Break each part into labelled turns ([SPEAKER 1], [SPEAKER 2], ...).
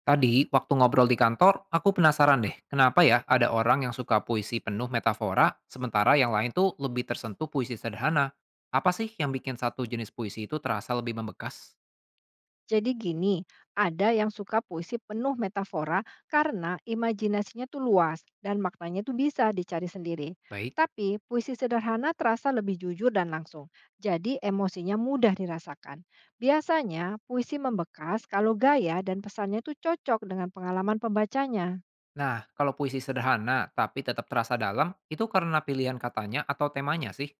[SPEAKER 1] Tadi, waktu ngobrol di kantor, aku penasaran deh, kenapa ya ada orang yang suka puisi penuh metafora, sementara yang lain tuh lebih tersentuh puisi sederhana. Apa sih yang bikin satu jenis puisi itu terasa lebih membekas?
[SPEAKER 2] Jadi gini, ada yang suka puisi penuh metafora karena imajinasinya tuh luas dan maknanya tuh bisa dicari sendiri.
[SPEAKER 1] Baik.
[SPEAKER 2] Tapi puisi sederhana terasa lebih jujur dan langsung. Jadi emosinya mudah dirasakan. Biasanya puisi membekas kalau gaya dan pesannya tuh cocok dengan pengalaman pembacanya.
[SPEAKER 1] Nah, kalau puisi sederhana tapi tetap terasa dalam, itu karena pilihan katanya atau temanya sih?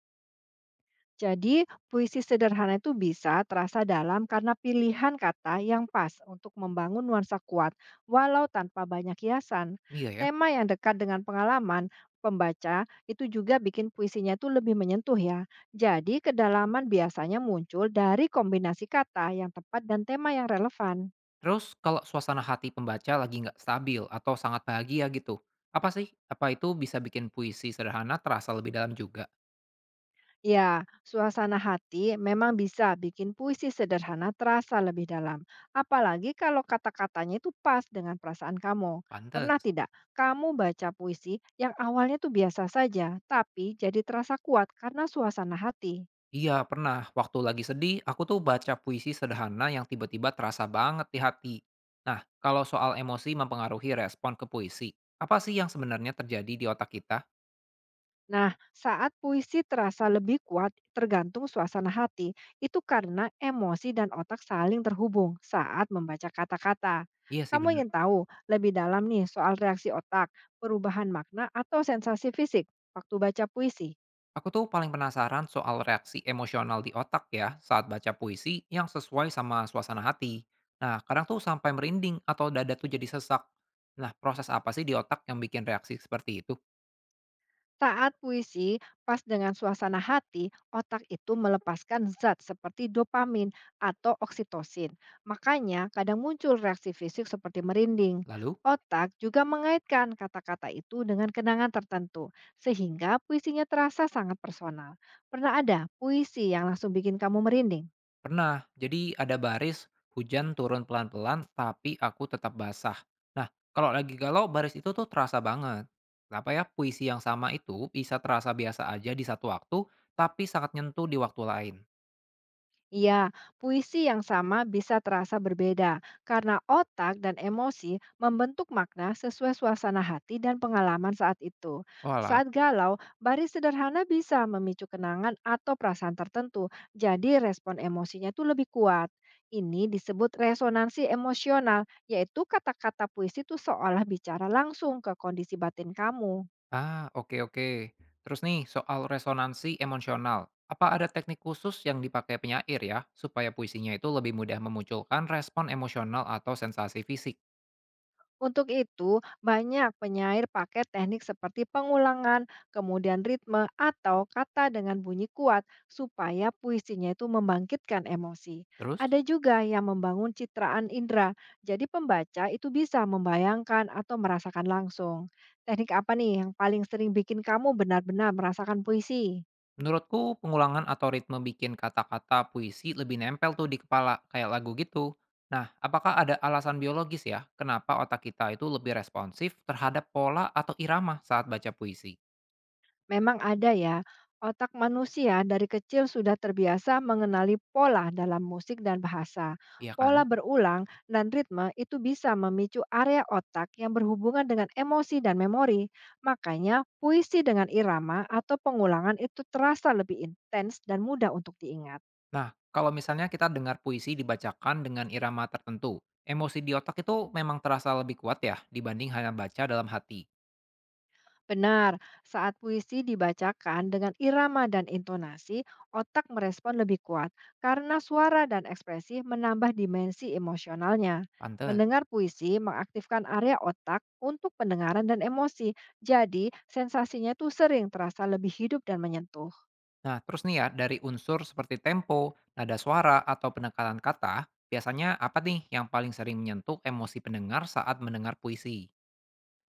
[SPEAKER 2] Jadi, puisi sederhana itu bisa terasa dalam karena pilihan kata yang pas untuk membangun nuansa kuat, walau tanpa banyak hiasan.
[SPEAKER 1] Iya ya.
[SPEAKER 2] Tema yang dekat dengan pengalaman pembaca itu juga bikin puisinya itu lebih menyentuh ya. Jadi, kedalaman biasanya muncul dari kombinasi kata yang tepat dan tema yang relevan.
[SPEAKER 1] Terus kalau suasana hati pembaca lagi nggak stabil atau sangat bahagia gitu, apa sih? Apa itu bisa bikin puisi sederhana terasa lebih dalam juga?
[SPEAKER 2] Ya, suasana hati memang bisa bikin puisi sederhana terasa lebih dalam. Apalagi kalau kata-katanya itu pas dengan perasaan kamu. Pernah
[SPEAKER 1] Pantes.
[SPEAKER 2] tidak kamu baca puisi yang awalnya tuh biasa saja, tapi jadi terasa kuat karena suasana hati?
[SPEAKER 1] Iya, pernah. Waktu lagi sedih, aku tuh baca puisi sederhana yang tiba-tiba terasa banget di hati. Nah, kalau soal emosi mempengaruhi respon ke puisi, apa sih yang sebenarnya terjadi di otak kita?
[SPEAKER 2] Nah, saat puisi terasa lebih kuat tergantung suasana hati, itu karena emosi dan otak saling terhubung saat membaca kata-kata.
[SPEAKER 1] Iya sih
[SPEAKER 2] Kamu
[SPEAKER 1] bener.
[SPEAKER 2] ingin tahu lebih dalam nih soal reaksi otak, perubahan makna, atau sensasi fisik waktu baca puisi?
[SPEAKER 1] Aku tuh paling penasaran soal reaksi emosional di otak ya saat baca puisi yang sesuai sama suasana hati. Nah, kadang tuh sampai merinding atau dada tuh jadi sesak. Nah, proses apa sih di otak yang bikin reaksi seperti itu?
[SPEAKER 2] Saat puisi pas dengan suasana hati, otak itu melepaskan zat seperti dopamin atau oksitosin. Makanya kadang muncul reaksi fisik seperti merinding.
[SPEAKER 1] Lalu?
[SPEAKER 2] Otak juga mengaitkan kata-kata itu dengan kenangan tertentu, sehingga puisinya terasa sangat personal. Pernah ada puisi yang langsung bikin kamu merinding?
[SPEAKER 1] Pernah. Jadi ada baris, hujan turun pelan-pelan, tapi aku tetap basah. Nah, kalau lagi galau, baris itu tuh terasa banget. Kenapa ya puisi yang sama itu bisa terasa biasa aja di satu waktu, tapi sangat nyentuh di waktu lain?
[SPEAKER 2] Iya, puisi yang sama bisa terasa berbeda karena otak dan emosi membentuk makna sesuai suasana hati dan pengalaman saat itu.
[SPEAKER 1] Walah.
[SPEAKER 2] Saat galau, baris sederhana bisa memicu kenangan atau perasaan tertentu, jadi respon emosinya itu lebih kuat. Ini disebut resonansi emosional, yaitu kata-kata puisi itu seolah bicara langsung ke kondisi batin kamu.
[SPEAKER 1] Ah, oke oke. Terus nih, soal resonansi emosional. Apa ada teknik khusus yang dipakai penyair ya, supaya puisinya itu lebih mudah memunculkan respon emosional atau sensasi fisik?
[SPEAKER 2] Untuk itu, banyak penyair pakai teknik seperti pengulangan, kemudian ritme, atau kata dengan bunyi kuat supaya puisinya itu membangkitkan emosi.
[SPEAKER 1] Terus?
[SPEAKER 2] Ada juga yang membangun citraan indera, jadi pembaca itu bisa membayangkan atau merasakan langsung. Teknik apa nih yang paling sering bikin kamu benar-benar merasakan puisi?
[SPEAKER 1] Menurutku, pengulangan atau ritme bikin kata-kata puisi lebih nempel tuh di kepala, kayak lagu gitu. Nah, apakah ada alasan biologis ya, kenapa otak kita itu lebih responsif terhadap pola atau irama saat baca puisi?
[SPEAKER 2] Memang ada ya, otak manusia dari kecil sudah terbiasa mengenali pola dalam musik dan bahasa.
[SPEAKER 1] Iya kan?
[SPEAKER 2] Pola berulang dan ritme itu bisa memicu area otak yang berhubungan dengan emosi dan memori. Makanya, puisi dengan irama atau pengulangan itu terasa lebih intens dan mudah untuk diingat.
[SPEAKER 1] Nah, kalau misalnya kita dengar puisi dibacakan dengan irama tertentu, emosi di otak itu memang terasa lebih kuat ya dibanding hanya baca dalam hati.
[SPEAKER 2] Benar, saat puisi dibacakan dengan irama dan intonasi, otak merespon lebih kuat karena suara dan ekspresi menambah dimensi emosionalnya.
[SPEAKER 1] Pantes.
[SPEAKER 2] Mendengar puisi mengaktifkan area otak untuk pendengaran dan emosi, jadi sensasinya tuh sering terasa lebih hidup dan menyentuh.
[SPEAKER 1] Nah, terus nih ya, dari unsur seperti tempo, nada suara, atau penekanan kata, biasanya apa nih yang paling sering menyentuh emosi pendengar saat mendengar puisi?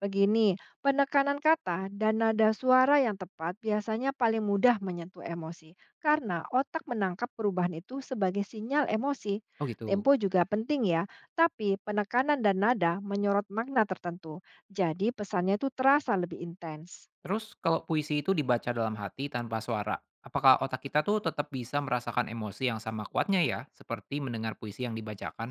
[SPEAKER 2] Begini, penekanan kata dan nada suara yang tepat biasanya paling mudah menyentuh emosi, karena otak menangkap perubahan itu sebagai sinyal emosi.
[SPEAKER 1] Oh gitu.
[SPEAKER 2] Tempo juga penting ya, tapi penekanan dan nada menyorot makna tertentu, jadi pesannya itu terasa lebih intens.
[SPEAKER 1] Terus kalau puisi itu dibaca dalam hati tanpa suara, apakah otak kita tuh tetap bisa merasakan emosi yang sama kuatnya ya, seperti mendengar puisi yang dibacakan?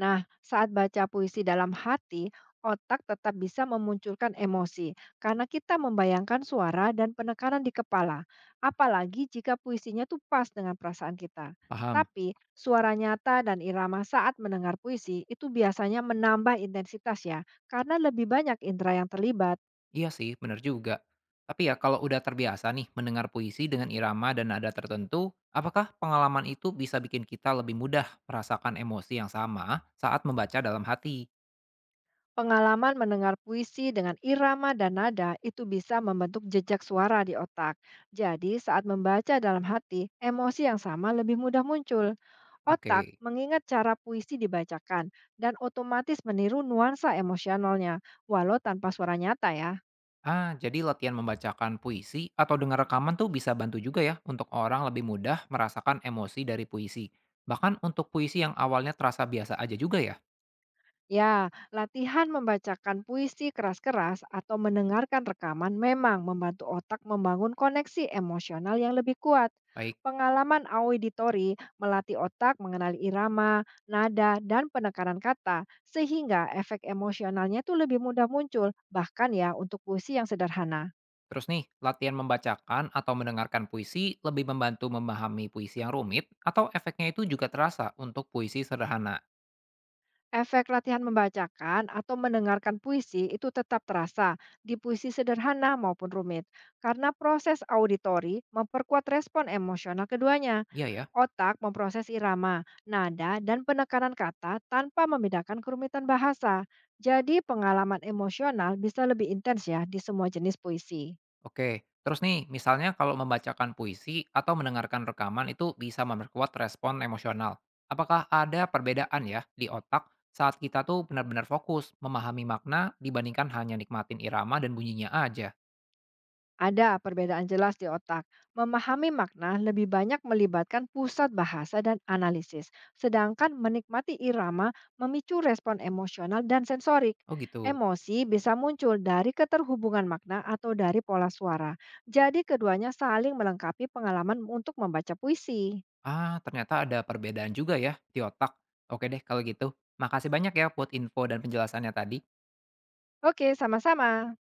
[SPEAKER 2] Nah, saat baca puisi dalam hati, otak tetap bisa memunculkan emosi karena kita membayangkan suara dan penekanan di kepala, apalagi jika puisinya tuh pas dengan perasaan kita.
[SPEAKER 1] Paham?
[SPEAKER 2] Tapi suara nyata dan irama saat mendengar puisi itu biasanya menambah intensitas ya, karena lebih banyak indera yang terlibat.
[SPEAKER 1] Iya sih, bener juga. Tapi ya kalau udah terbiasa nih mendengar puisi dengan irama dan nada tertentu, apakah pengalaman itu bisa bikin kita lebih mudah merasakan emosi yang sama saat membaca dalam hati?
[SPEAKER 2] Pengalaman mendengar puisi dengan irama dan nada itu bisa membentuk jejak suara di otak. Jadi, saat membaca dalam hati, emosi yang sama lebih mudah muncul. Otak
[SPEAKER 1] Oke.
[SPEAKER 2] mengingat cara puisi dibacakan dan otomatis meniru nuansa emosionalnya, walau tanpa suara nyata ya.
[SPEAKER 1] Ah, jadi latihan membacakan puisi atau dengar rekaman tuh bisa bantu juga ya untuk orang lebih mudah merasakan emosi dari puisi. Bahkan untuk puisi yang awalnya terasa biasa aja juga ya.
[SPEAKER 2] Ya, latihan membacakan puisi keras-keras atau mendengarkan rekaman memang membantu otak membangun koneksi emosional yang lebih kuat.
[SPEAKER 1] Baik.
[SPEAKER 2] Pengalaman auditori melatih otak mengenali irama, nada, dan penekanan kata, sehingga efek emosionalnya itu lebih mudah muncul, bahkan ya untuk puisi yang sederhana.
[SPEAKER 1] Terus nih, latihan membacakan atau mendengarkan puisi lebih membantu memahami puisi yang rumit atau efeknya itu juga terasa untuk puisi sederhana.
[SPEAKER 2] Efek latihan membacakan atau mendengarkan puisi itu tetap terasa di puisi sederhana maupun rumit, karena proses auditori memperkuat respon emosional keduanya.
[SPEAKER 1] Iya ya.
[SPEAKER 2] Otak memproses irama, nada, dan penekanan kata tanpa membedakan kerumitan bahasa. Jadi, pengalaman emosional bisa lebih intens ya di semua jenis puisi.
[SPEAKER 1] Oke. Terus nih, misalnya kalau membacakan puisi atau mendengarkan rekaman itu bisa memperkuat respon emosional. Apakah ada perbedaan ya di otak saat kita tuh benar-benar fokus memahami makna dibandingkan hanya nikmatin irama dan bunyinya aja?
[SPEAKER 2] Ada perbedaan jelas di otak. Memahami makna lebih banyak melibatkan pusat bahasa dan analisis, sedangkan menikmati irama memicu respon emosional dan sensorik.
[SPEAKER 1] Oh gitu.
[SPEAKER 2] Emosi bisa muncul dari keterhubungan makna atau dari pola suara. Jadi keduanya saling melengkapi pengalaman untuk membaca puisi.
[SPEAKER 1] Ah, ternyata ada perbedaan juga ya di otak. Oke deh kalau gitu. Makasih banyak ya buat info dan penjelasannya tadi.
[SPEAKER 2] Oke, sama-sama.